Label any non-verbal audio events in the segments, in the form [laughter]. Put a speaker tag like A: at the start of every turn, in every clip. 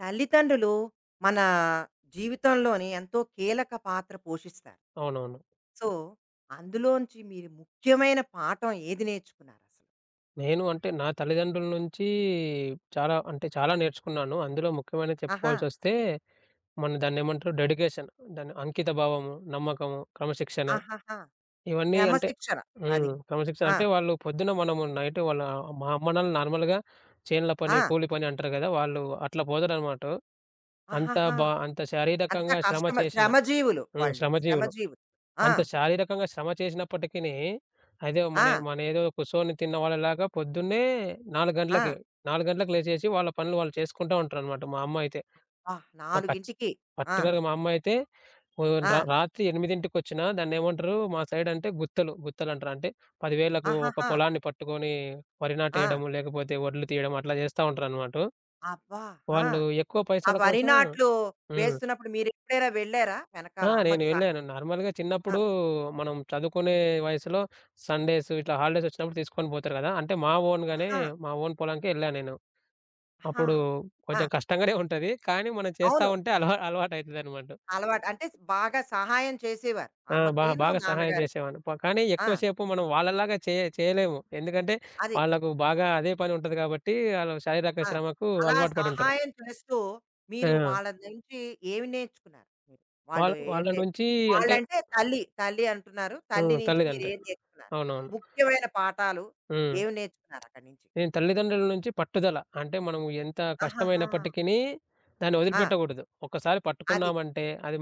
A: తల్లిదండ్రులు మన జీవితంలోని ఎంతో కీలక పాత్ర పోషిస్తారు.
B: అవునవును.
A: సో, అందులోంచి మీరు ముఖ్యమైన పాఠం ఏది నేర్చుకున్నారు అసలు?
B: నేను అంటే నా తల్లిదండ్రుల నుంచి చాలా అంటే చాలా నేర్చుకున్నాను. అందులో ముఖ్యమైనది
A: ఆహా!
B: చెప్పుకోవాల్సొస్తే మన దాన్నేమంటారు డెడికేషన్, దాన్ని అంకిత భావము, నమ్మకము, క్రమశిక్షణ ఆ!
A: ఆహాహా!
B: ఇవన్నీ అంటే
A: క్రమశిక్షణ. అది.
B: హ్మ్. క్రమశిక్షణ
A: ఆ!
B: అంటే వాళ్ళు పొద్దున మనము నైట్ వాళ్ళ మా అమ్మ నాన్నలు నార్మల్‌గా చేనుల పని,
A: ఆ!
B: కూలి పని అంటారు కదా! వాళ్ళు అట్లా పోతారనమాట.
A: ఆహాహా!
B: అంత
A: అంతా
B: శారీరకంగా శ్రమ
A: కష్టమ
B: చేసిన
A: శ్రమజీవులు
B: హ్మ్.
A: వాళ్ళు.
B: శ్రమజీవులు.
A: శ్రమజీవులు. ఆ!
B: అంత శారీరకంగా శ్రమ చేసినప్పటికిని, అదే మన
A: ఆ!
B: మనేదో కుసోని తిన్నవాళ్ళలాగా పొద్దున్నే 4
A: ఆ!
B: గంటలకి, 4 గంటలకు లేచేసి వాళ్ళ పనులు వాళ్ళు చేసుకుంటా ఉంటారనమాట మా అమ్మ అయితే.
A: అబ్బా!
B: ఒక కచ్
A: 4కి ఆ!
B: పర్టిక్యులర్‌గా మా అమ్మ అయితే ఓహ్!
A: ఆ!
B: రాత్రి 8కి దాన్నేమంటారు మా సైడ్ అంటే గుత్తలు, గుత్తలంటారు. అంటే 10,000కు ఒక
A: ఆహాహా!
B: పొలాన్ని పట్టుకొని వరి
A: ఆ!
B: నాటేయడము, లేకపోతే వడ్లు తీయడం అట్లా చేస్తా ఉంటారనమాట.
A: అబ్బా! ఆ!
B: వాళ్ళు ఎక్కువ
A: ఆ
B: పైసల
A: వరి
B: కోసం
A: నాట్లు
B: హ్మ్.
A: వేస్తున్నప్పుడు మీరెప్పుడైనా వెళ్లారా వెనకాల
B: ఆ! నేను
A: అమ్మకి సా
B: వెళ్ళాను. నార్మల్‌గా
A: ఆ!
B: చిన్నప్పుడు మనం చదువుకునే వయసులో సండేస్ ఇట్లా హాలిడేస్ వచ్చినప్పుడు తీసుకొని పోతారు కదా! అంటే మా ఓన్‌గానే
A: ఆహా!
B: మా ఓన్ పొలంకే వెళ్ళాను నేను.
A: ఆహా!
B: అప్పుడు
A: ఆ!
B: కొంచెం కష్టంగానే ఉంటది. కానీ మనం చేస్తా
A: అవును.
B: ఉంటే అలవాటయితదనమాట.
A: అలవాటు. అంటే బాగా సహాయం చేసేవారు.
B: ఆ!
A: అమ్మకీను,
B: బాగా సహాయం
A: నాన్నగారికి.
B: చేసేవాడిని. కానీ
A: ఆ!
B: ఎక్కువ సేపు మనం వాళ్ళలాగా చేయలేము. ఎందుకంటే
A: అది.
B: వాళ్ళకు బాగా అదే పని ఉంటది కాబట్టి ఆళ్ళు శారీరక
A: ఆ!
B: శ్రమకు
A: అలా
B: అలవాటు పడి ఉంటారు.
A: సహాయం చేస్తూ మీరు
B: ఆ!
A: వాళ్ళ నుంచి ఏమి నేర్చుకున్నారు మీరు? వాళ్ళు
B: వాళ్ళ
A: ఏం
B: వాళ్ళ
A: నే
B: నుంచి అంటే
A: వాళ్ళంటే తల్లి, అంటున్నారు. తల్లి
B: హ్మ్.
A: నుంచి
B: తల్లిదండ్రి.
A: మీరేం నేర్చుకున్నారు?
B: అవునవును.
A: ముఖ్యమైన పాఠాలు
B: హ్మ్.
A: ఏమి నేర్చుకున్నారు అక్కడి నుంచి?
B: నేను తల్లిదండ్రుల నుంచి పట్టుదల. అంటే మనము ఎంత
A: ఆహాహా!
B: కష్టమైనప్పటికిని దాన్ని
A: ఆ!
B: వదిలిపెట్టకూడదు. ఒక్కసారి
A: అది.
B: పట్టుకున్నామంటే అది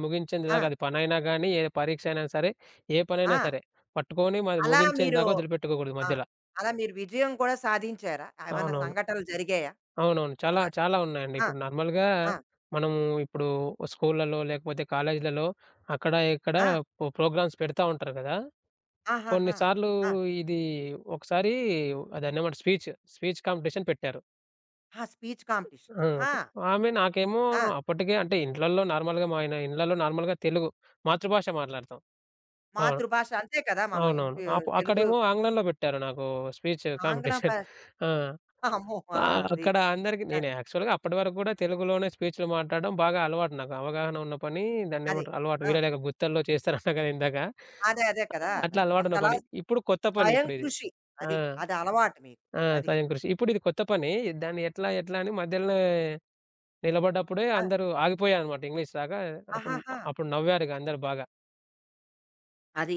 A: ఆ!
B: ముగించేందాకా అది పనైనా గానీ, ఏ పరీక్ష అయినా సరే, ఏ
A: ఆ!
B: పనైనా సరే పట్టుకొని మరి
A: అలా మీరు
B: ముగించేందాకా వదిలిపెట్టుకోకూడదు
A: ఆ!
B: మధ్యల.
A: అలా మీరు విజయం కూడా సాధించారా? ఏమన్నా
B: అవునవును.
A: సంఘటనలు జరిగాయా?
B: అవునవును. చాలా
A: అలా.
B: చాలా ఉన్నాయండి.
A: ఆ!
B: ఇప్పుడు నార్మల్‌గా
A: ఆ!
B: మనము ఇప్పుడు స్కూళ్ళలో లేకపోతే కాలేజీలలో అక్కడ ఇక్కడ
A: ఆ!
B: ప్రోగ్రామ్స్ పెడతా ఉంటారు కదా! కొన్ని
A: ఆహాహా!
B: సార్లు
A: ఆ!
B: ఇది ఒకసారి దాన్నేమంటారు స్పీచ్, స్పీచ్ కాంపిటీషన్ పెట్టారు.
A: ఆ! Speech competition.
B: ఆ!
A: ఆహా!
B: ఆమె నాకేమో
A: ఆ!
B: అప్పటికే అంటే ఇండ్లల్లో నార్మల్‌గా మా ఆయన ఇండ్లల్లో నార్మల్‌గా తెలుగు మాతృభాష మాట్లాడతాం. అవును.
A: మాతృభాష అంతే కదా! మనం
B: అవునవును.
A: ఇంటి తెలుగు
B: అక్కడేమో ఆంగ్లంలో పెట్టారు నాకు స్పీచ్
A: ఆంగ్లం
B: కాంపిటీషన్.
A: భాష
B: ఆ!
A: అమ్మో! ఆ!
B: ఆహ్,
A: అది.
B: అక్కడ అందరికి
A: ఆ!
B: నేను యాక్చువల్‌గా అప్పటి వరకు కూడా తెలుగులోనే స్పీచ్‌లు మాట్లాడడం బాగా అలవాటు నాకు. అవగాహన ఉన్న పని
A: అది.
B: దాన్నేమంటారు అలవాటు
A: ఆ!
B: వీరలేఖ గుత్తల్లో చేస్తారన్నా కదా ఇందాక.
A: అదే, కదా!
B: అట్లా
A: మరి
B: అలవాటున్న
A: అంతలా
B: పని. ఇప్పుడు కొత్త పని
A: స్వయం
B: ఇప్పుడిది.
A: కృషి.
B: ఆ!
A: అది. అది అలవాటు మీకు.
B: ఆ!
A: అది.
B: స్వయం కృషి. ఇప్పుడిది కొత్త పని. దాన్ని ఎట్లా, ఎట్లా అని మధ్యలనే నిలబడ్డప్పుడే
A: ఆ!
B: అందరూ ఆగిపోయారనమాట ఇంగ్లీష్ రాక. అప్పుడు
A: ఆహాహా!
B: అప్పుడు నవ్వారిగ అందరూ బాగా.
A: అది.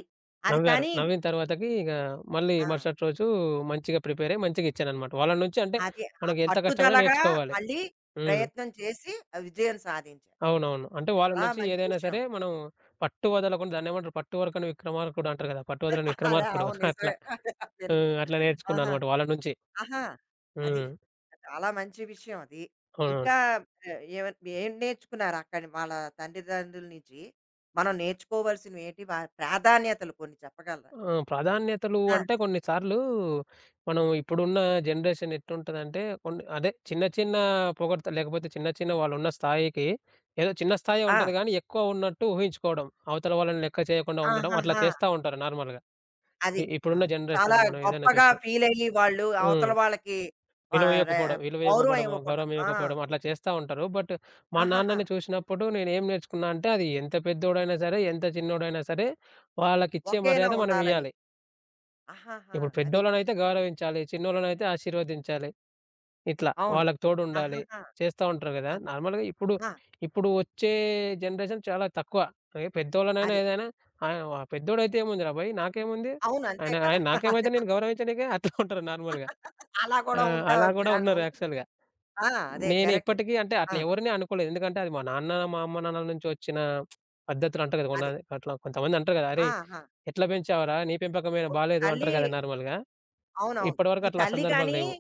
A: అది
B: నవ్వారు.
A: కానీ
B: నవ్విన తర్వాతకి ఇక మళ్ళీ
A: ఆ!
B: మరుసటి రోజు మంచిగా ప్రిపేర్ అయ్యి మంచిగా ఇచ్చాననమాట. వాళ్ళ నుంచి అంటే
A: అది ఆ
B: మనకు ఎంత కష్టమైనా
A: పట్టుదలగా
B: నేర్చుకోవాలి.
A: మళ్ళీ
B: హ్మ్.
A: ప్రయత్నం చేసి ఆ విజయం సాధించారు.
B: అవునవును.
A: అది
B: అంటే వాళ్ళ
A: చాలా
B: నుంచి
A: మంచి
B: ఏదైనా
A: విషయం.
B: సరే మనం పట్టు వదలకుండా దాన్నేమంటారు పట్టువరకని విక్రమార్కుడు అంటారు కదా! పట్టు వదలని
A: అదే
B: విక్రమార్కుడు
A: అవును
B: [laughs] అట్లా.
A: నిజమే. అదే అదేను.
B: హ్మ్. అట్లా నేర్చుకున్నా
A: ఆహా!
B: అనమాట వాళ్ళ నుంచి.
A: ఆహా! అది.
B: హ్మ్.
A: చాలా మంచి విషయం అది.
B: అవునవును.
A: ఇంకా ఆహ్, ఏవ ఏం నేర్చుకున్నారు అక్కడి వాళ్ళ తల్లిదండ్రుల నుంచి? మనం నేర్చుకోవాల్సినవేంటి? వారి ప్రాధాన్యతలు కొన్ని చెప్పగలరా?
B: ఆ! ప్రాధాన్యతలు
A: ఆ!
B: అంటే కొన్నిసార్లు మనం ఇప్పుడున్న జనరేషన్ ఎట్టుంటదంటే కొన్ని అదే చిన్న చిన్న పొగడ్తలు లేకపోతే చిన్న చిన్న వాళ్ళున్న స్థాయికి ఏదో చిన్న స్థాయే
A: ఆ!
B: ఉంటది గానీ ఎక్కువ ఉన్నట్టు ఊహించుకోవడం. అవతల వాళ్ళని లెక్క చేయకుండా ఉండడం అట్లా
A: ఆహాహా!
B: చేస్తా ఉంటారు నార్మల్‌గా.
A: అది.
B: ఇప్పుడున్న
A: మాది. చాలా
B: జనరేషన్ మనం ఏదైనా
A: గొప్పగా
B: చూస్తే.
A: ఫీలయ్యి వాళ్ళు అవతల
B: హ్మ్.
A: వాళ్ళకి ఆహ్, రె
B: విలువియ్యకపోవడం,
A: గౌరవం
B: విలువియ్యకపోవడము,
A: ఇవ్వకుండా.
B: గౌరవం
A: ఆ!
B: ఇవ్వకపోవడం అట్లా చేస్తా ఉంటారు. బట్ మా
A: ఆహాహా!
B: నాన్నని చూసినప్పుడు నేనేం నేర్చుకున్నా అంటే అది ఎంత పెద్దోడైనా సరే, ఎంత చిన్నోడైనా సరే వాళ్ళకిచ్చే
A: ఒకేలా
B: మర్యాద
A: ఉండాలని.
B: మనమియ్యాలి.
A: ఆహాహా!
B: ఇప్పుడు
A: అది.
B: పెద్దోళ్ళనైతే గౌరవించాలి. చిన్నోళ్ళనైతే ఆశీర్వదించాలి. ఇట్లా
A: అవును.
B: వాళ్ళకి తోడుండాలి.
A: ఆహాహా!
B: చేస్తా ఉంటారు గదా!
A: అది.
B: నార్మల్‌గా ఇప్పుడు,
A: ఆ!
B: ఇప్పుడు వచ్చే జనరేషన్ చాలా తక్కువ. ఏ పెద్దోళ్ళనైనా
A: అది.
B: ఏదైనా ఆయన పెద్దోడైతే ఏముందిరా భయ్! నాకేముంది?
A: అవును. అంతే
B: ఆయన
A: కదా!
B: ఆయన నాకేమైతే
A: [laughs]
B: నేను గౌరవించనీకే [laughs] అట్లా ఉంటారు నార్మల్‌గా.
A: అలా
B: ఆ!
A: కూడా
B: అలా
A: ఉండవచ్చు.
B: గూడా
A: అన్
B: ఉన్నారు
A: ఉంటుంది.
B: యాక్చువల్‌గా.
A: ఆ! అదే
B: నేను
A: కరెక్ట్.
B: ఇప్పటికీ అంటే
A: ఆ!
B: అట్లా ఎవరిని అనుకోలేదు. ఎందుకంటే అది మా నాన్న, మా అమ్మ నాన్నల నుంచి వచ్చిన పద్ధతులు అంటారు గదా! కొంత
A: అది.
B: అట్లా కొంతమంది అంటారు గదా! "అరేయ్!
A: ఆహా!
B: ఎట్లా పెంచావురా? నీ పెంపకమేనా
A: ఓ
B: బాలేదు"
A: తల్లి
B: అంటారు గదా! నార్మల్‌గా.
A: అవునవును.
B: ఇప్పటివరకు
A: ఈ
B: అట్లా
A: తల్లి
B: సందర్భాలు
A: గాని
B: లేవు.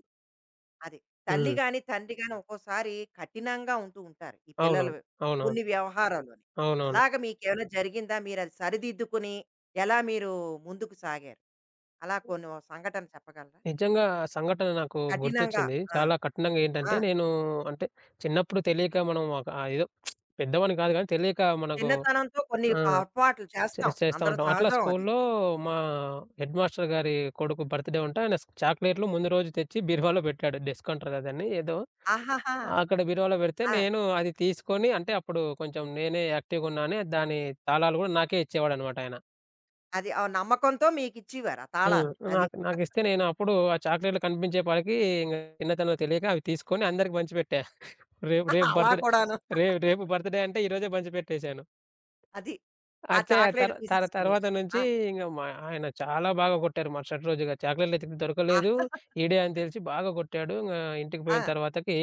A: అది. తల్లి
B: హ్మ్.
A: గాని, తండ్రి గాని ఒక్కోసారి కఠినంగా ఉంటూ ఉంటారు. ఈ పిల్లలు
B: అవునవును.
A: కొన్ని
B: అవునవును.
A: వ్యవహారాల్లోని.
B: అవునవును.
A: అలాగ మీకేమైనా జరిగిందా? మీరది సరిదిద్దుకుని ఎలా మీరు ముందుకు సాగారు? అలా కొన్ని ఓ సంఘటన చెప్పగలరా?
B: నిజంగా ఆ సంఘటన నాకు
A: కఠినంగా
B: గుర్తొచ్చింది.
A: ఆ!
B: చాలా కఠినంగా ఏంటంటే,
A: ఆ!
B: నేను అంటే చిన్నప్పుడు తెలియక మనం ఒక ఆహ్, ఏదో పెద్దవాడిని కాదు గానీ తెలియక మనకు
A: చిన్నతనంతో కొన్ని
B: ఆ!
A: పొరపాట్లు చేస్తాం.
B: చేస్తా
A: అందరూ
B: ఉంటాం. అట్లా
A: సహజం అది.
B: స్కూల్లో మా హెడ్ మాస్టర్ గారి కొడుకు బర్త్‌డే ఉంటే ఆయన చాక్లెట్‌లు ముందు రోజు తెచ్చి బీరువాలో పెట్టాడు. డెస్క్ అంటారు కదా! దాన్ని ఏదో.
A: ఆహాహా!
B: అక్కడ బీరువాలో పెడితే
A: ఆ!
B: నేను అది తీసుకొని అంటే అప్పుడు కొంచెం నేనే యాక్టివ్‌గా ఉన్నానని దాని తాళాలు కూడా నాకే ఇచ్చేవాడన్నమాట ఆయన.
A: అది ఆ నమ్మకంతో మీకిచ్చేవారు ఆ
B: హ్మ్.
A: తాళాలు. అది. [laughs]
B: నాకిస్తే నేను అప్పుడు ఆ చాక్లేట్‌లు కనిపించేపాటికి ఇంగ చిన్నతనంలో తెలియక అవి తీసుకొని అందరికి పంచిపెట్టా. రేపు రేపు
A: అలా
B: బర్త్‌డే
A: కూడాను.
B: రేపు బర్త్‌డే అంటే ఈరోజే పంచిపెట్టేసాను.
A: అది. ఆ
B: అయితే
A: చాక్లేట్
B: తర్ తర్
A: తీసేసుకొని.
B: తర్వాత
A: ఆ!
B: నుంచి ఇంగ మా ఆయన చాలా బాగా కొట్టారు మరుసటి రోజుగా. చాక్లేట్‌లు ఎతికితే దొరకలేదు.
A: ఆ!
B: ఈడే అని తెలిసి బాగా కొట్టాడు. ఇంగ ఇంటికి
A: ఆ!
B: పోయిన తర్వాతకి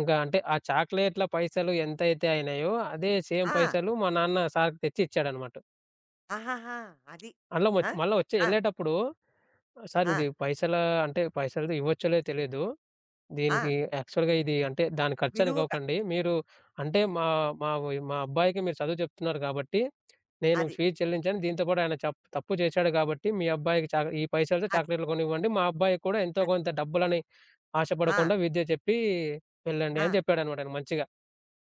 B: ఇంక అంటే ఆ చాక్లేట్‌ల పైసలు ఎంతైతే అయినాయో అదే సేమ్
A: ఆ!
B: పైసలు మా నాన్న సార్‌కి తెచ్చి ఇచ్చాడన్నమాట.
A: ఆహాహా! అది.
B: అందులో
A: ఆ!
B: మళ్ళా వచ్చి
A: ఆ!
B: ఎళ్ళేటప్పుడు సార్
A: ఆ!
B: ఇది పైసల అంటే పైసలది ఇవ్వచ్చో లేదో తెలీదు.
A: ఆ!
B: దీనికి యాక్చువల్‌గా ఇది అంటే దాని
A: విలువక
B: ఖర్చనుకోకండి. మీరు అంటే మా మా వొయ్ మా అబ్బాయికి మీరు చదువు చెప్తున్నారు కాబట్టి, నేను
A: అది.
B: ఫీజు చెల్లించాను. దీంతో పాటు ఆయన తప్పు చేశాడు కాబట్టి మీ అబ్బాయికి ఈ పైసలతో
A: అది.
B: చాక్లెట్‌లు కొనివ్వండి. మా అబ్బాయికి కూడా ఎంతో
A: అది.
B: కొంత డబ్బులని
A: ఆ!
B: ఆశపడకుండా విద్య చెప్పి వెళ్ళండి
A: ఆ!
B: అని చెప్పాడనమాట ఆయన మంచిగా.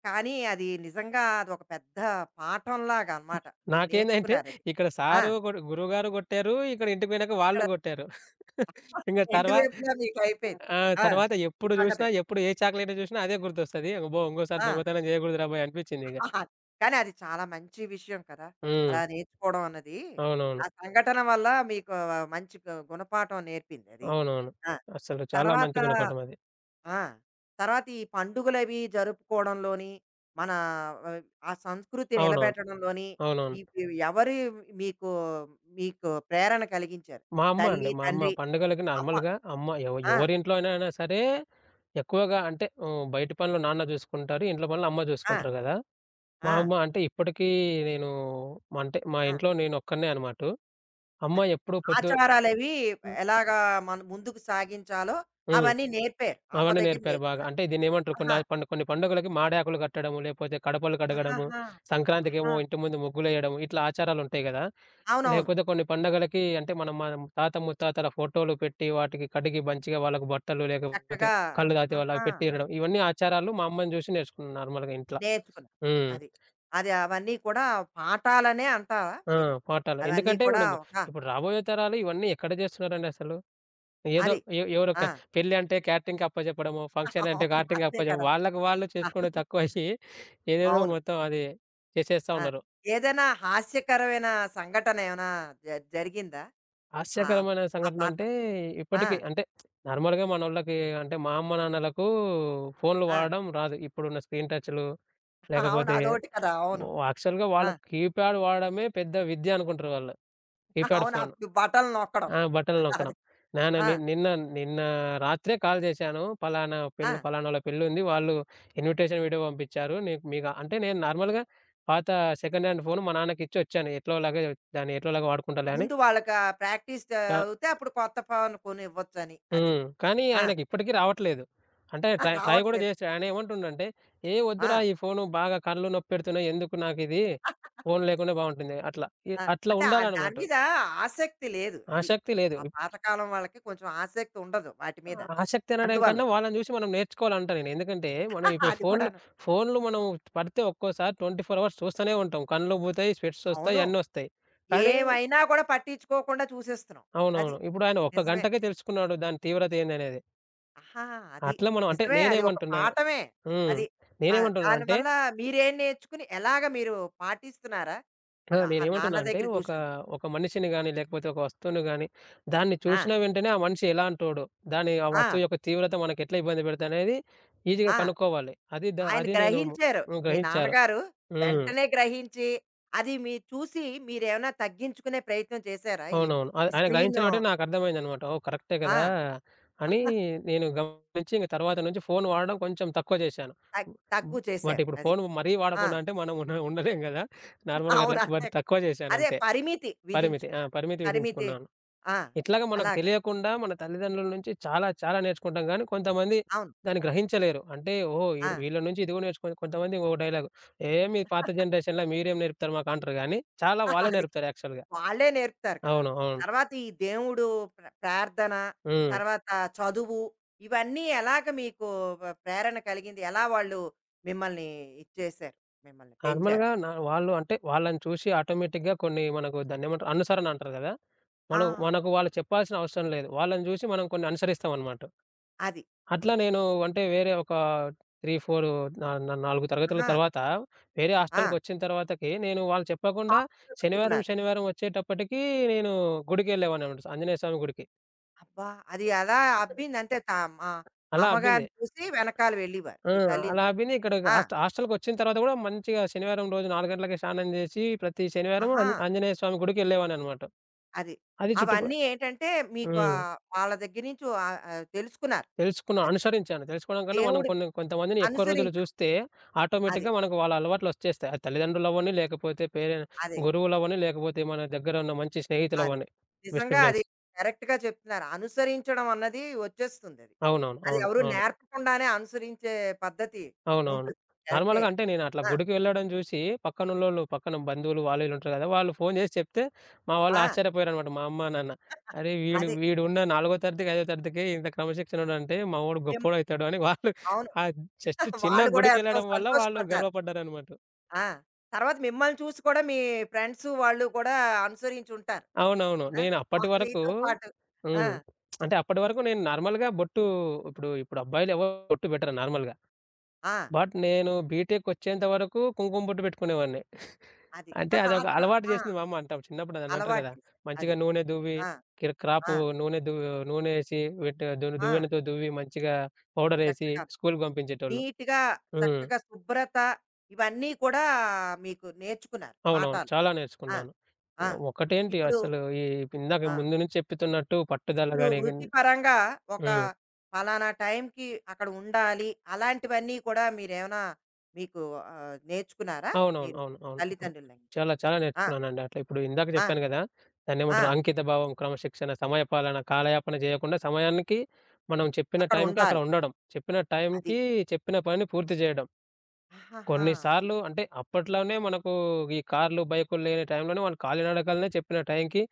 A: కానీ అది నిజంగా అదొక పెద్ద పాఠంలాగా అన్నమాట. మీరు
B: నాకేందంటే
A: నేర్చుకున్నారది.
B: ఇక్కడ
A: ఆ!
B: సారు గురువుగారు కొట్టారు. ఇక్కడ ఇంటికి పోయినాక వాళ్ళు
A: ఇక్కడ
B: కొట్టారు. [laughs] ఇంగ
A: రెండు వైపులా మీకయిపోయింది.
B: ఆ!
A: ఆ!
B: తర్వాత
A: ఈ
B: ఎప్పుడు
A: సంగతి.
B: జూసినా, ఎప్పుడు ఏ చాక్లేట్ జూసినా అదే గుర్తొస్తది. అబ్బో! ఇంకోసారి
A: ఆ!
B: దొంగతనం జేయకూడదురా బాయ్ అనిపిచ్చిందిగ.
A: [laughs] కానీ అది చాలా మంచి విషయం కదా!
B: హ్మ్.
A: అలా నేర్చుకోవడం అన్నది. ఆ
B: అవునవును.
A: సంఘటన వల్ల మీకు మంచి గు గుణపాఠం నేర్పిందది.
B: అవునవును.
A: ఆ!
B: అసలు చాలా
A: తర్వాత
B: మంచి గుణపాఠం అది.
A: ఆ! తర్వాత ఈ పండుగలవి జరుపుకోవడంలోని, మన ఆహ్, ఆ సంస్కృతి
B: అవునవును.
A: నిలబెట్టడంలోని
B: అవునవును.
A: ఇవి ఎవరు మీకు, మీకు, ప్రేరణ కలిగించారు?
B: మా అమ్మ
A: తల్లి,
B: అండి. మా అమ్మ
A: తండ్రి,
B: పండుగలకి
A: అమ్మ.
B: నార్మల్‌గా అమ్మ
A: ఆ!
B: ఎవరింట్లో అయినా సరే ఎక్కువగా అంటే హ్మ్, బయటి పనులు నాన్న జూసుకుంటారు. ఇంట్లో పనులు అమ్మ
A: ఆ!
B: జూసుకుంటారు గదా! మా
A: ఆ!
B: అమ్మ అంటే ఇప్పటికీ నేను అంటే మా
A: ఆ!
B: ఇంట్లో నేనొక్కడినే అన్నమాట. అమ్మ
A: అది.
B: ఎప్పుడు పొద్దు
A: ఆచారాలవి
B: హ్మ్.
A: ఎలాగా మనం ముందుకు సాగించాలో
B: హ్మ్.
A: అవన్నీ నేర్పారు. అమ్మ
B: అవన్నీ
A: దగ్గర
B: నేర్పారు బాగా.
A: నేర్చుకున్నారు.
B: అంటే దీన్నేమంటారు కొన్ని
A: ఆహా!
B: ఆహ్, కొన్ని పండుగలకి మాడాకులు కట్టడము, లేపోతే కడపలు కడగడము,
A: ఆహాహా!
B: సంక్రాంతికేమో
A: ఆహా!
B: ఇంటి ముందు ముగ్గులేయడము, ఇట్లా ఆచారాలుంటాయి గదా! అవును.
A: అవునవును.
B: లేకపోతే కొన్ని పండగలకి అంటే మనం మన తాత ముత్తాతల ఫోటోలు పెట్టి, వాటికి కడిగి మంచిగా వాళ్ళకి బట్టలు లేకపోతే
A: చక్కగా
B: కళ్ళు తాతే వాళ్ళు అవి
A: ఆహాహా!
B: పెట్టియడం. ఇవన్నీ ఆచారాలు మా అమ్మని జూసి నేర్చుకున్నాను నార్మల్‌గా ఇంట్ల.
A: నేర్చుకున్నా.
B: హ్మ్.
A: అది. అది అవన్నీ కూడా పాఠాలనే అంటారా
B: హ్మ్. ఆ!
A: మీరు?
B: పాఠాలు.
A: అవన్నీ
B: ఎందుకంటే
A: కూడా
B: మనము
A: ఒక
B: ఇప్పుడు రాబోయే తరాలు ఇవన్నీ ఎక్కడ జేస్తున్నారండి అసలు? ఏదో
A: అది.
B: ఎవరొక
A: ఆ!
B: పెళ్లి అంటే క్యాటరింగ్‌కి అప్పజెప్పడమో, ఫంక్షన్
A: [laughs]
B: అంటే
A: అవును.
B: క్యాటరింగ్‌కి
A: అంతే
B: అప్పజెప్పడం
A: కదా!
B: వాళ్ళకి వాళ్ళు
A: ఆ!
B: చేసుకోవడం తక్కువయ్యి ఏదేదో
A: అవును.
B: మొత్తం అది చేసేస్తా
A: ఆ!
B: ఉన్నారు.
A: ఏదైనా హాస్యకరమైన సంఘటన ఏమైనా జ జరిగిందా? ఆ!
B: హాస్యకరమైన
A: ఆ
B: సంఘటన
A: పాట
B: అంటే
A: ఆ!
B: ఇప్పటికి అంటే నార్మల్‌గా మనోళ్ళకి అంటే మా అమ్మ నాన్నలకు ఫోన్‌లు
A: ఆ!
B: వాడడం రాదు. ఇప్పుడున్న స్క్రీన్ టచ్‌లు
A: [laughs] అవును.
B: లేకపోతే
A: అదోటి కదా! అవును.
B: యాక్చువల్‌గా
A: ఆ!
B: వాళ్ళకి కీప్యాడ్ వాడడమే పెద్ద విద్య అనుకుంటారు వాళ్ళు. కీప్యాడ్
A: అవును.
B: ఫోన్.
A: అప్పుడు బటన్ నొక్కడం.
B: ఆ! బట్టలు
A: అది.
B: నొక్కడం. నాన్న
A: ఆ!
B: ని నిన్న నిన్న రాత్రే కాల్ చేశాను. పలానా పెళ్లి
A: ఆ!
B: పలానోళ్ళ పెళ్లుంది. వాళ్ళు ఇన్విటేషన్ వీడియో పంపించారు. మీకు అంటే నేను నార్మల్‌గా పాత సెకండ్ హ్యాండ్ ఫోను మా నాన్నకిచ్చొచ్చాను. ఎట్లోలాగా దాన్ని ఎట్లోలాగా వాడుకుంటాలే అని.
A: ముందు వాళ్ళకి ఆ ప్రాక్టీస్
B: ఆ!
A: అవుతే అప్పుడు కొత్త పానుకొని ఇవ్వొచ్చని. అది.
B: హ్మ్. కానీ
A: ఆ!
B: ఆయనకిప్పటికి రావట్లేదు. అంటే
A: [laughs]
B: ట్రై ట్రై కూడా
A: రావట్లేదు.
B: చేసాడు. ఆయనేమంటుండంటే, "ఏ
A: ఆ!
B: వద్దురా ఈ ఫోను బాగా కళ్ళు నొప్పెడుతున్నాయి. ఎందుకు నాకిది? ఫోను లేకుండా బావుంటుంది." అట్లా.
A: ఆ!
B: అట్లా
A: అంటే ఆహ్, దాని
B: ఉండాలనమాట.
A: మీద ఆసక్తి లేదు అది.
B: ఆసక్తి లేదు.
A: ఆ పాతకాలం వాళ్ళకి కొంచెం ఆసక్తి ఉండదు వాటి మీద.
B: ఆసక్తి అనడం
A: అందువల్ల.
B: కన్నా వాళ్ళని జూసి మనం నేర్చుకోవాలంటా నేను. ఎందుకంటే, మనం
A: [laughs]
B: ఇప్పుడు
A: అది
B: ఫోన్‌లు,
A: కూడాను.
B: ఫోన్‌లు మనం పడితే ఒక్కోసారి 24 అవర్స్ చూస్తూనే ఉంటాం. కళ్ళు పోతాయి, స్వెట్స్
A: అవును.
B: ఒస్తాయి, అన్నొస్తాయి. కానీ
A: ఏవైనా కూడా పట్టించుకోకుండా చూసేస్తున్నాం. అది.
B: అవునవును. ఇప్పుడు ఆయన ఒక్క
A: నిజమే.
B: గంటకే తెలుసుకున్నాడు దాని తీవ్రత ఏందనేది.
A: ఆహా! అది.
B: అట్లా మనం అంటే
A: నిజమే. అది ఒక
B: నేనేమంటున్నా
A: పాఠమే.
B: హ్మ్.
A: అది. ఆ!
B: నేనేమంటున్నా అంటే
A: దానివల్ల మీరేం నేర్చుకుని ఎలాగ మీరు పాటిస్తున్నారా?
B: ఆ!
A: ఆహ్, ఆ నాన్న
B: నేనేమంటున్నా అంటే
A: దగ్గర
B: ఒక,
A: చూసింది.
B: ఒక మనిషిని గాని, లేకపోతే ఒక వస్తువుని గాని, దాన్ని
A: ఆ!
B: చూసిన వెంటనే ఆ మనిషి ఎలాంటోడో, దాని ఆ
A: ఆ!
B: వస్తువు యొక్క తీవ్రత మనకెట్లా ఇబ్బంది పెడతదనేది ఈజీగా
A: ఆ!
B: కనుక్కోవాలి.
A: ఆయన
B: అది నేను
A: గ్రహించారు.
B: హ్మ్.
A: మీ
B: గ్రహించారు.
A: నాన్నగారు
B: హ్మ్.
A: వెంటనే గ్రహించి, అది మీరు చూసి మీరేమైనా తగ్గించుకునే ప్రయత్నం చేశారా? ఈ
B: అవునవును.
A: ఈ
B: ఆయన గ్రహించిన
A: స్క్రీను
B: వెంటనే నాకర్థమైందనమాట. ఓహ్! కరెక్టే గదా!
A: ఆ!
B: అని నేను గమనించి ఇంక తర్వాత నుంచి ఫోను వాడడం కొంచెం తక్కువ జేశాను.
A: తగ్ తగ్గు
B: బట్
A: చేశారు.
B: ఇప్పుడు
A: అది.
B: ఫోను మరీ
A: ఆ!
B: వాడకుండా అంటే మనం ఉండలేం గదా!
A: [laughs]
B: నార్మల్‌గా
A: అవును.
B: అట్లా అవును.
A: అంతే
B: బట్
A: కదా!
B: తక్కువ
A: అదే
B: జేశానంతే.
A: పరిమితి
B: పరిమితి. ఆ!
A: విధించుకున్నారు.
B: పరిమితి
A: పరిమితి
B: విధించుకున్నాను.
A: ఆ!
B: ఇట్లాగ మనకు
A: అలాగా.
B: తెలియకుండా మన తల్లిదండ్రుల నుంచి చాలా చాలా నేర్చుకుంటాం గానీ, కొంతమంది
A: అవును.
B: దాన్ని గ్రహించలేరు. అంటే ఓహో! ఈ
A: ఆ!
B: వీళ్ళ నుంచి ఇది గూడా నేర్చుకొని కొంతమంది ఓ డైలాగు "ఏమి పాత జనరేషన్‌ల మీరేం నేర్పుతారు మాకు" అంటారు గానీ, చాలా వాళ్ళే
A: [laughs] అది.
B: నేర్పుతారు యాక్చువల్‌గా.
A: వాళ్ళే నేర్పుతారు కదా!
B: అవును. అవును.
A: తర్వాత ఈ దేవుడు ప్ర ప్రార్థన,
B: హ్మ్.
A: తర్వాత చదువు ఇవన్నీ ఎలాగ మీకు వ ప్రేరణ కలిగింది? ఎలా వాళ్ళు మిమ్మల్ని ఇది చేశారు? మిమ్మల్ని పెంచారు?
B: నార్మల్‌గా నా వాళ్ళు అంటే వాళ్ళని చూసి ఆటోమేటిక్‌గా కొన్ని మనకు దాన్నేమంటారు అనుసరణ అంటారు గదా!
A: ఆ!
B: మనం మనకు వాళ్ళు చెప్పాల్సిన అవసరం లేదు. వాళ్ళని చూసి మనం కొన్ని అనుసరిస్తామనమాట.
A: అది.
B: అట్లా
A: ఇప్పుడు.
B: నేను అంటే వేరే ఒక 3, 4 నా నా 4 తరగతుల
A: ఆహా!
B: తర్వాత వేరే
A: ఆ!
B: హాస్టల్‌కొచ్చిన తర్వాతకి నేను వాళ్ళు చెప్పకుండా
A: కాలేజ్‌లో
B: శనివారం,
A: చదువుకున్నారు.
B: శనివారం వచ్చేటప్పటికి నేను గుడికెళ్ళేవాడిననమాట. ఆంజనేయ స్వామి గుడికి.
A: అబ్బా! అది అలా అబ్బింది అంటే త మా
B: అలా అబ్బింది.
A: అమ్మగారిని చూసి వెనకాల వెళ్ళేవారు.
B: ఆ!
A: మీ తల్లిని
B: అలా విని ఇక్కడ
A: ఆ!
B: హాస్టల్‌కొచ్చిన తర్వాత గూడా మంచిగా శనివారం రోజు 4 గంటలకే స్నానం జేసి, ప్రతి శనివారం
A: ఆహా!
B: ఆంజనేయ స్వామి గుడికెళ్ళేవాడిననమాట.
A: అది.
B: అది చుట్టుప
A: అవన్నీ ఏంటంటే మీకు
B: హ్మ్.
A: ఆహ్, వాళ్ళ దగ్గర నుంచి ఆహ్, ఆహ్, తెలుసుకున్నారు.
B: తెలుసుకున్నా,
A: అది.
B: అనుసరించాను. తెలుసుకోవడం కన్నా మనం
A: దేవుడిని
B: కొన్ని కొంతమందిని ఎక్కువ రోజులు
A: అనుసరించడం.
B: చూస్తే
A: అది.
B: ఆటోమేటిక్‌గా మనకు వాళ్ళ అలవాట్లొచ్చేస్తాయి. అది తల్లిదండ్రులవ్వని, లేకపోతే
A: అదే.
B: గురువులవ్వని, లేకపోతే మన దగ్గర ఉన్న మంచి
A: అదే.
B: స్నేహితులవ్వని. బెస్ట్
A: నిజంగా అది
B: ఫ్రెండ్స్.
A: కరెక్ట్‌గా చెప్తున్నారు. అనుసరించడం అన్నది వచ్చేస్తుందది. అది
B: అవునవును.
A: అది
B: అవును.
A: ఎవరు
B: అవును.
A: నేర్పకుండానే అనుసరించే పద్ధతి
B: అవునవును.
A: ఉంటుంది. కరెక్టే.
B: నార్మల్‌గా అంటే నేను అట్లా
A: ఆ!
B: గుడికి వెళ్ళడం చూసి పక్కనున్నోళ్ళు పక్కన బంధువులు వాళ్ళు వీళ్ళు ఉంటారు కదా! వాళ్ళు ఫోను చేసి చెప్తే మా వాళ్ళు
A: ఆ!
B: ఆశ్చర్యపోయారన్నమాట. మా అమ్మ, నాన్న. "అరే!
A: అది.
B: వీడున్న 4వ తరగతికి, 5వ తరగతికి ఇంత క్రమశిక్షణ ఉంటే మావోడు
A: మేం
B: గొప్పోడయితాడు" అని వాళ్ళు
A: అవును.
B: ఆ జస్ట్
A: [laughs]
B: చిన్న
A: వాళ్ళు గూడా ఎంతో
B: గుడికెళ్ళడం వల్ల వాళ్ళు
A: సంతోషపడ్డారు.
B: గర్వపడ్డారన్నమాట.
A: ఆ! తర్వాత మిమ్మల్ని చూసి కూడా మీ ఫ్రెండ్సు వాళ్ళు కూడా అనుసరించుంటారు.
B: అవునవును.
A: ఆ!
B: నేను అప్పటి
A: మా-
B: వరకు
A: మీతో పాటు. ఆ!
B: హ్మ్. అంటే అప్పటి వరకు నేను నార్మల్‌గా బొట్టు ఇప్పుడు ఇప్పుడు అబ్బాయిలు ఎవరు బొట్టు పెట్టరు నార్మల్‌గా.
A: ఆ!
B: బట్ నేను బీటెక్ వచ్చేంత వరకు కుంకుమ బొట్టు పెట్టుకునేవాడిని.
A: అది.
B: అంటే అదొక
A: [laughs] ఆ!
B: అలవాటు
A: ఆ,
B: జేసింది మా అమ్మ అంటాం. చిన్నప్పుడు దాన్ని అంటారు
A: అలవాటు
B: గదా!
A: చేశారు. అది.
B: మంచిగా నూనె దువ్వి
A: ఆ! ఆ!
B: క్రాపు నూనె దువ్ నూనె ఏసి వెట్
A: ఆ!
B: దువ్వెనతో దువ్వి మంచిగా పౌడర్ ఏసి
A: చక్కగా
B: స్కూలుకి పంపించేటోళ్ళు.
A: నీట్‌గా,
B: హ్మ్.
A: చక్కగా శుభ్రత ఇవన్నీ కూడా మీకు నేర్చుకున్నారు
B: అవునవును.
A: పాఠాలు.
B: చాలా
A: ఆ!
B: నేర్చుకున్నాను.
A: ఆ!
B: ఒకటేంటి
A: ఇప్పుడు
B: అసలు ఈ ఇందాక
A: ఆ!
B: ముందు నుంచి చెప్తున్నట్టు పట్టుదల
A: ఇప్పుడు
B: గాని
A: వృత్తిపరంగా ఒక
B: హ్మ్.
A: పలానా టైంకి అక్కడ ఉండాలి. అలాంటివన్నీ కూడా మీరేమైనా మీకు ఆహ్, నేర్చుకున్నారా?
B: అవునవును.
A: మీరు
B: అవును. అవును. ఇప్పుడు
A: తల్లిదండ్రుల నుంచి?
B: చాలా చాలా
A: ఆ!
B: నేర్చుకున్నానండి. అట్లా ఇప్పుడు ఇందాక
A: ఆ!
B: చెప్పాను గదా! దాన్నేమంటారు
A: ఆ!
B: అంకిత భావం, క్రమశిక్షణ, సమయపాలన, కాలయాపన జేయకుండా సమయానికి మనం చెప్పిన హ్మ్.
A: అక్కడ
B: టైంకి అక్కడ
A: ఉండాలి.
B: ఉండడం. చెప్పిన
A: అది.
B: టైంకి చెప్పిన పనిని పూర్తి జేయడం.
A: ఆహాహా! అది.
B: కొన్నిసార్లు అంటే అప్పట్లోనే మనకు ఈ కార్లు, బైకులు లేని టైంలోనే వాళ్ళు కాలినడకలనే చెప్పిన టైంకి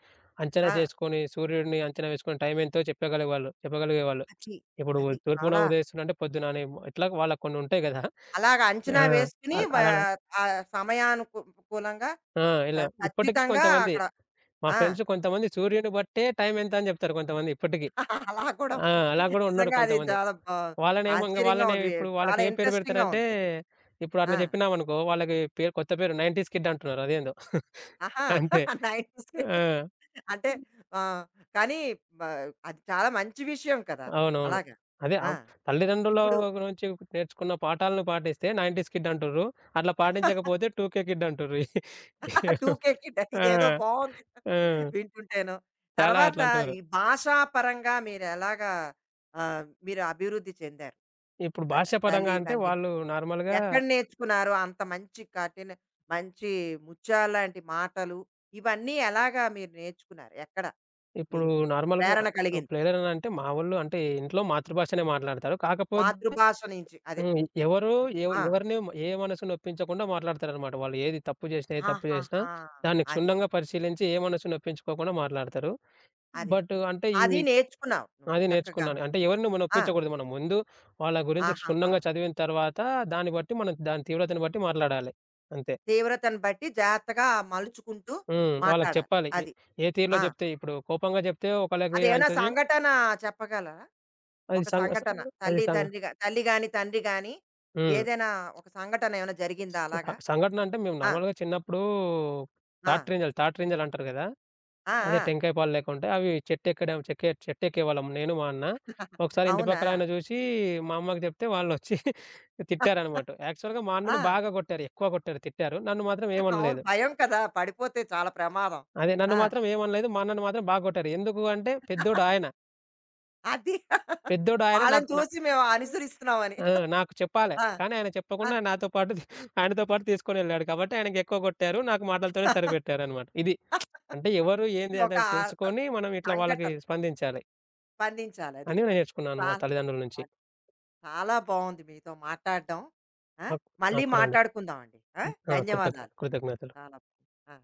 B: అంచనా
A: ఆ!
B: చేసుకొని, సూర్యుడిని అంచనా వేసుకొని టైం ఎంతో చెప్పగలిగేవాళ్ళు చెప్పగలిగేవాళ్ళు.
A: అది.
B: ఇప్పుడు
A: అది.
B: తూర్పున
A: చాలా
B: ఉదయిస్తుందంటే పొద్దున అని ఇట్లా వాళ్ళకి కొన్ని ఉంటాయి గదా!
A: అలాగ అంచనా
B: ఆ!
A: వేసుకొని వ
B: అలానే
A: ఆ సమయానుకు కూలంగా
B: ఆ!
A: ఖ
B: ఎళ్ళాం. ఇప్పటికి
A: ఖచ్చితంగా
B: కొంతమంది
A: అక్కడ
B: మా
A: ఆ!
B: ఫ్రెండ్స్ కొంతమంది సూర్యుని బట్టే టైం ఎంత అని చెప్తారు కొంతమంది ఇప్పటికి.
A: [laughs] అలా కూడా
B: ఆ!
A: ఉంది.
B: అలా కూడా ఉన్నారు
A: నిజంగా అది
B: కొంతమంది.
A: చాలా బా
B: వాళ్ళనేమో ఇంగ
A: ఆశ్చర్యంగా
B: వాళ్ళని
A: ఉంది.
B: ఇప్పుడు
A: చాలా
B: వాళ్ళకి ఏ పేరు
A: ఇంట్రెస్టింగ్‌గా
B: పెడతారంటే,
A: ఉందది.
B: ఇప్పుడు
A: ఆ!
B: అట్లా చెప్పినామనుకో వాళ్ళకి పేరు కొత్త పేరు 90స్ కిడ్ అంటున్నారు అదేందో. [laughs]
A: ఆహా!
B: అంతే.
A: [laughs] 90స్‌కే
B: ఆ!
A: అంటే ఆహ్, కానీ బ అది చాలా మంచి విషయం కదా!
B: అవునవును.
A: అలాగా.
B: అదే
A: ఆ!
B: ఆహ్, తల్లిదండ్రుల
A: ఇప్పుడు
B: నుంచి నేర్చుకున్న పాఠాలను పాటిస్తే 90స్ కిడ్ అంటుర్రు. అట్లా పాటించకపోతే 2కే కిడ్ అంటుర్రు.
A: [laughs] 2
B: [laughs]
A: కిడ్
B: ఆ!
A: ఇదేదో బావుంది.
B: ఆ!
A: వింటుంటేను.
B: చాలా
A: తర్వాత
B: అట్లా అంటున్నారు.
A: ఈ భాషా పరంగా మీరెలాగా ఆహ్, మీరు అభివృద్ధి చెందారు?
B: ఇప్పుడు
A: త
B: భాషాపరంగా
A: తల్లి,
B: అంటే
A: తండ్రి
B: వాళ్ళు నార్మల్‌గా
A: ఎక్కడ నేర్చుకున్నారో అంత మంచి కఠిన మంచి ముత్యాలాంటి మాటలు, ఇవన్నీ ఎలాగా మీరు నేర్చుకున్నారు? ఎక్కడ
B: ఇప్పుడు
A: మీకు
B: నార్మల్‌గా
A: ప్రేరణ కలిగింది?
B: ఇప్పుడు ఎవరైనా అంటే మా వోళ్ళు అంటే ఇంట్లో మాతృభాషనే మాట్లాడతారు. కాకపోతే
A: మాతృభాష నుంచి అదే.
B: హ్మ్. ఎవరు
A: ఆ!
B: ఎవరిని ఏ మనసు నొప్పించకుండా మాట్లాడతారనమాట. వాళ్ళు ఏది తప్పు చేసినా, ఏ తప్పు చేసినా
A: ఆహాహా!
B: దాన్ని
A: అది.
B: క్షుణ్ణంగా పరిశీలించి ఏ మనసు నొప్పించుకోకుండా మాట్లాడతారు.
A: అది.
B: బట్ అంటే ఈ
A: అది నేర్చుకున్నావు నువ్వు
B: అది
A: చక్కగాను.
B: నేర్చుకున్నాను. అంటే ఎవరిని మనం
A: ఆ!
B: నొప్పించకూడదు. మనం ముందు వాళ్ళ గురించి
A: ఆహాహా!
B: క్షుణ్ణంగా చదివిన తర్వాత దాన్ని బట్టి మనం దాని తీవ్రతను బట్టి మాట్లాడాలి. అంతే.
A: తీవ్రతను బట్టి జాగ్రత్తగా మలుచుకుంటూ
B: హ్మ్. ఆ! వాళ్ళకి
A: మాట్లాడాలి.
B: చెప్పాలి.
A: అది.
B: ఏ తీరులో
A: ఆ!
B: జెప్తే ఇప్పుడు కోపంగా జెప్తే ఒకళ్ళకి స
A: అదేమైనా
B: అయితది.
A: సంఘటన చెప్పగలరా?
B: అది
A: ఒక
B: సంఘ స
A: సంఘటన
B: అది
A: తల్లి,
B: సంఘ
A: తండ్రిగా తల్లి గాని, తండ్రి గాని
B: హ్మ్.
A: ఏదైనా ఒక సంఘటన ఏమైనా జరిగిందా
B: స
A: అలాగా?
B: సంఘటన అంటే మేము
A: ఆ!
B: నార్మల్‌గా చిన్నప్పుడు
A: ఆ!
B: తాట్రింజలు అంటారు గదా!
A: ఆ!
B: అదే
A: ఆ!
B: టెంకాయ పాలు లెక్కుంటాయి. అవి చెట్టెక్కడం చెక్కే చెట్టెక్కేవాళ్ళం నేను, మా అన్న. ఒకసారి ఇంటి
A: అవునా?
B: పక్కలాయన జూసి మా అమ్మకి జెప్తే వాళ్ళొచ్చి తిట్టారనమాట. [laughs] యాక్చువల్‌గా మా అన్నని
A: ఆ!
B: బాగా గొట్టారు. ఎక్కువ గొట్టారు, తిట్టారు. నన్ను మాత్రం
A: అవును.
B: ఏమనలేదు.
A: భయం కదా! పడిపోతే చాలా ప్రమాదం.
B: అదే నన్ను
A: ఆ!
B: మాత్రం ఏమనలేదు. మా అన్నని మాత్రం బాగా గొట్టారు. ఎందుకు అంటే పెద్దోడు ఆయన.
A: అది.
B: పెద్దోడు ఆయన
A: వాళ్ళని
B: నాకు నా
A: చూసి మేము అనుసరిస్తున్నామని.
B: ఆ! నాకు చెప్పాలే.
A: ఆ!
B: కానీ ఆయన
A: ఆ!
B: చెప్పకుండా నాతో పాటు [laughs] ఆయనతో పాటు తీసుకొనెళ్ళాడు కాబట్టి ఆయనకెక్కువ కొట్టారు. నాకు మాటలతోనే సరిపెట్టారనమాట. ఇది. అంటే ఎవరు
A: ఇది
B: ఏంది
A: ఒక
B: అనేది
A: ఆహ్,
B: తెలుసుకొని మనం ఇట్లా వాళ్ళకి
A: సంఘటన.
B: స్పందించాలి
A: స్పందించాలది.
B: అని నేర్చుకున్నాను మా
A: చాలా
B: తల్లిదండ్రుల నుంచి.
A: అది. చాలా బావుంది మీతో మాట్లాడడం. ఆ!
B: నాకు
A: మళ్ళీ
B: నాకు కూడా అండి.
A: మాట్లాడుకుందామండి. ఆ!
B: ఆ!
A: ధన్యవాదాలు.
B: కృతజ్ఞతలు.
A: చాలా బావుంది. ఆ!